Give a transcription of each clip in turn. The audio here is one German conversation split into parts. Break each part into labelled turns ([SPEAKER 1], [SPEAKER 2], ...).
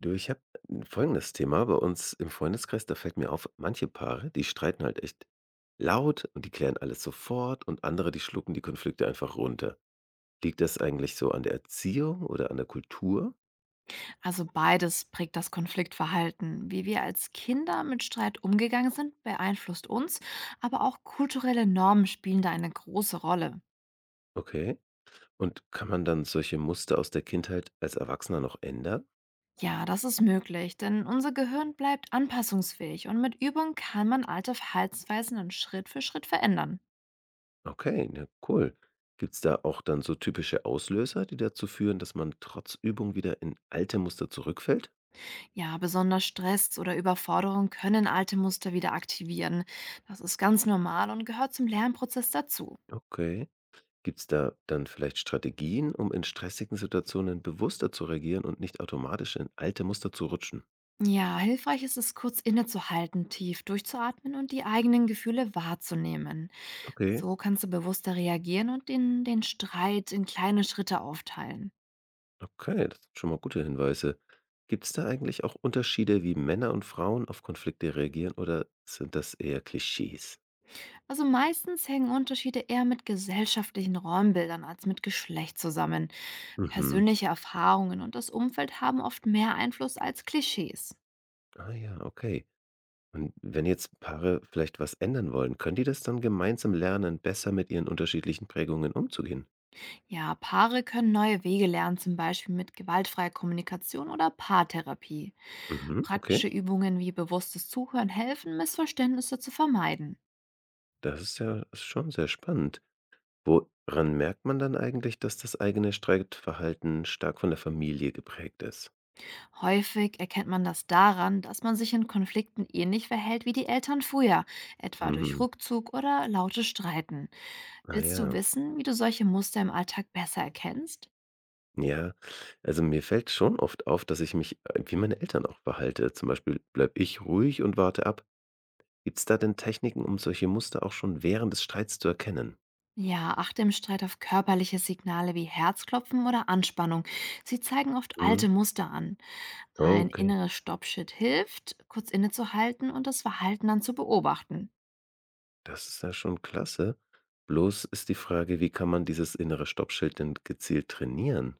[SPEAKER 1] Du, ich habe 'n folgendes Thema bei uns im Freundeskreis, da fällt mir auf, manche Paare, die streiten halt echt laut und die klären alles sofort und andere, die schlucken die Konflikte einfach runter. Liegt das eigentlich so an der Erziehung oder an der Kultur?
[SPEAKER 2] Also beides prägt das Konfliktverhalten. Wie wir als Kinder mit Streit umgegangen sind, beeinflusst uns, aber auch kulturelle Normen spielen da eine große Rolle.
[SPEAKER 1] Okay. Und kann man dann solche Muster aus der Kindheit als Erwachsener noch ändern?
[SPEAKER 2] Ja, das ist möglich, denn unser Gehirn bleibt anpassungsfähig und mit Übung kann man alte Verhaltensweisen dann Schritt für Schritt verändern.
[SPEAKER 1] Okay, na cool. Gibt's da auch dann so typische Auslöser, die dazu führen, dass man trotz Übung wieder in alte Muster zurückfällt?
[SPEAKER 2] Ja, besonders Stress oder Überforderung können alte Muster wieder aktivieren. Das ist ganz normal und gehört zum Lernprozess dazu.
[SPEAKER 1] Okay. Gibt's da dann vielleicht Strategien, um in stressigen Situationen bewusster zu reagieren und nicht automatisch in alte Muster zu rutschen?
[SPEAKER 2] Ja, hilfreich ist es, kurz innezuhalten, tief durchzuatmen und die eigenen Gefühle wahrzunehmen.
[SPEAKER 1] Okay,
[SPEAKER 2] So kannst du bewusster reagieren und den Streit in kleine Schritte aufteilen.
[SPEAKER 1] okay, das sind schon mal gute Hinweise. Gibt's da eigentlich auch Unterschiede, wie Männer und Frauen auf Konflikte reagieren oder sind das eher Klischees?
[SPEAKER 2] Also meistens hängen Unterschiede eher mit gesellschaftlichen Räumbildern als mit Geschlecht zusammen.
[SPEAKER 1] Mhm.
[SPEAKER 2] Persönliche Erfahrungen und das Umfeld haben oft mehr Einfluss als Klischees.
[SPEAKER 1] Ah ja, okay. Und wenn jetzt Paare vielleicht was ändern wollen, können die das dann gemeinsam lernen, besser mit ihren unterschiedlichen Prägungen umzugehen?
[SPEAKER 2] Ja, Paare können neue Wege lernen, zum Beispiel mit gewaltfreier Kommunikation oder Paartherapie.
[SPEAKER 1] Mhm, okay.
[SPEAKER 2] Praktische Übungen wie bewusstes Zuhören helfen, Missverständnisse zu vermeiden.
[SPEAKER 1] Das ist ja schon sehr spannend. Woran merkt man dann eigentlich, dass das eigene Streitverhalten stark von der Familie geprägt ist?
[SPEAKER 2] Häufig erkennt man das daran, dass man sich in Konflikten ähnlich verhält wie die Eltern früher, etwa durch
[SPEAKER 1] Mhm.
[SPEAKER 2] Rückzug oder lautes Streiten.
[SPEAKER 1] Ah
[SPEAKER 2] Willst du
[SPEAKER 1] ja,
[SPEAKER 2] wissen, wie du solche Muster im Alltag besser erkennst?
[SPEAKER 1] ja. Also mir fällt schon oft auf, dass ich mich wie meine Eltern auch verhalte. Zum Beispiel bleibe ich ruhig und warte ab. Gibt es da denn Techniken, um solche Muster auch schon während des Streits zu erkennen?
[SPEAKER 2] Ja, achte im Streit auf körperliche Signale wie Herzklopfen oder Anspannung. Sie zeigen oft
[SPEAKER 1] Mhm.
[SPEAKER 2] alte Muster an.
[SPEAKER 1] Oh,
[SPEAKER 2] Ein
[SPEAKER 1] okay,
[SPEAKER 2] inneres Stoppschild hilft, kurz innezuhalten und das Verhalten dann zu beobachten.
[SPEAKER 1] das ist ja schon klasse. Bloß ist die Frage, wie kann man dieses innere Stoppschild denn gezielt trainieren?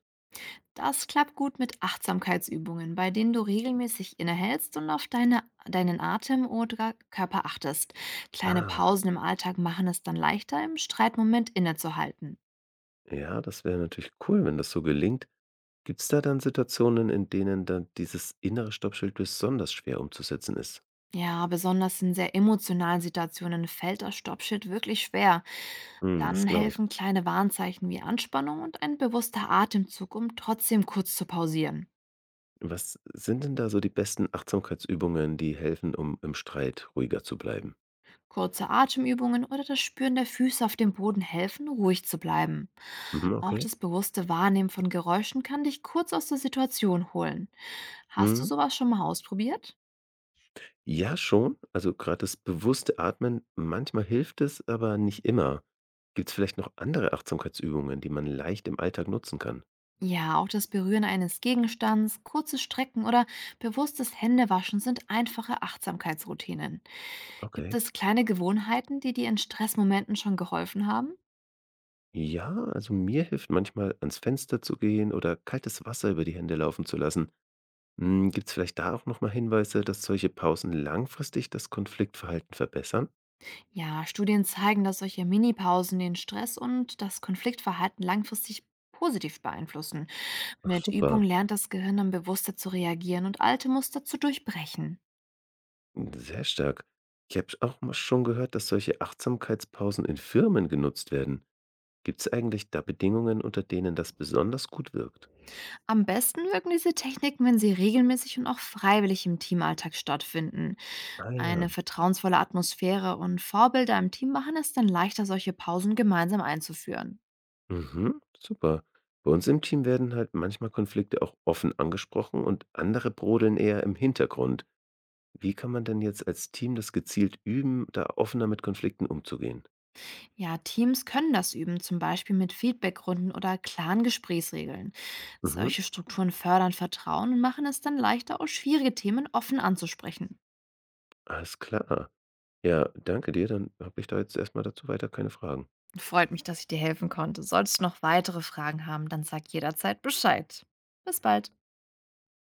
[SPEAKER 2] Das klappt gut mit Achtsamkeitsübungen, bei denen du regelmäßig innehältst und auf deinen Atem oder Körper achtest. Kleine
[SPEAKER 1] Ah,
[SPEAKER 2] Pausen im Alltag machen es dann leichter, im Streitmoment innezuhalten.
[SPEAKER 1] ja, das wäre natürlich cool, wenn das so gelingt. Gibt's da dann Situationen, in denen dann dieses innere Stoppschild besonders schwer umzusetzen ist?
[SPEAKER 2] Ja, besonders in sehr emotionalen Situationen fällt das Stoppschild wirklich schwer.
[SPEAKER 1] Mhm,
[SPEAKER 2] Dann
[SPEAKER 1] das glaube ich.
[SPEAKER 2] helfen kleine Warnzeichen wie Anspannung und ein bewusster Atemzug, um trotzdem kurz zu pausieren.
[SPEAKER 1] Was sind denn da so die besten Achtsamkeitsübungen, die helfen, um im Streit ruhiger zu bleiben?
[SPEAKER 2] Kurze Atemübungen oder das Spüren der Füße auf dem Boden helfen, ruhig zu bleiben.
[SPEAKER 1] Mhm,
[SPEAKER 2] Auch
[SPEAKER 1] okay.
[SPEAKER 2] das bewusste Wahrnehmen von Geräuschen kann dich kurz aus der Situation holen. Hast du
[SPEAKER 1] Mhm.
[SPEAKER 2] sowas schon mal ausprobiert?
[SPEAKER 1] Ja, schon. Also gerade das bewusste Atmen, manchmal hilft es, aber nicht immer. Gibt's vielleicht noch andere Achtsamkeitsübungen, die man leicht im Alltag nutzen kann?
[SPEAKER 2] Ja, auch das Berühren eines Gegenstands, kurze Strecken oder bewusstes Händewaschen sind einfache Achtsamkeitsroutinen. Gibt
[SPEAKER 1] Okay.
[SPEAKER 2] es kleine Gewohnheiten, die dir in Stressmomenten schon geholfen haben?
[SPEAKER 1] Ja, also mir hilft manchmal, ans Fenster zu gehen oder kaltes Wasser über die Hände laufen zu lassen. Gibt es vielleicht da auch nochmal Hinweise, dass solche Pausen langfristig das Konfliktverhalten verbessern?
[SPEAKER 2] Ja, Studien zeigen, dass solche Minipausen den Stress und das Konfliktverhalten langfristig positiv beeinflussen.
[SPEAKER 1] Ach
[SPEAKER 2] Mit Übung
[SPEAKER 1] super,
[SPEAKER 2] lernt das Gehirn dann bewusster zu reagieren und alte Muster zu durchbrechen.
[SPEAKER 1] sehr stark. Ich habe auch mal schon gehört, dass solche Achtsamkeitspausen in Firmen genutzt werden. Gibt es eigentlich da Bedingungen, unter denen das besonders gut wirkt?
[SPEAKER 2] Am besten wirken diese Techniken, wenn sie regelmäßig und auch freiwillig im Teamalltag stattfinden.
[SPEAKER 1] Ah
[SPEAKER 2] Eine
[SPEAKER 1] ja,
[SPEAKER 2] vertrauensvolle Atmosphäre und Vorbilder im Team machen es dann leichter, solche Pausen gemeinsam einzuführen.
[SPEAKER 1] mhm, super. Bei uns im Team werden halt manchmal Konflikte auch offen angesprochen und andere brodeln eher im Hintergrund. Wie kann man denn jetzt als Team das gezielt üben, da offener mit Konflikten umzugehen?
[SPEAKER 2] Ja, Teams können das üben, zum Beispiel mit Feedbackrunden oder klaren Gesprächsregeln.
[SPEAKER 1] Mhm.
[SPEAKER 2] Solche Strukturen fördern Vertrauen und machen es dann leichter, auch schwierige Themen offen anzusprechen.
[SPEAKER 1] Alles klar. Ja, danke dir. Dann habe ich da jetzt erstmal dazu weiter keine Fragen.
[SPEAKER 2] Freut mich, dass ich dir helfen konnte. Solltest du noch weitere Fragen haben, dann sag jederzeit Bescheid. Bis bald.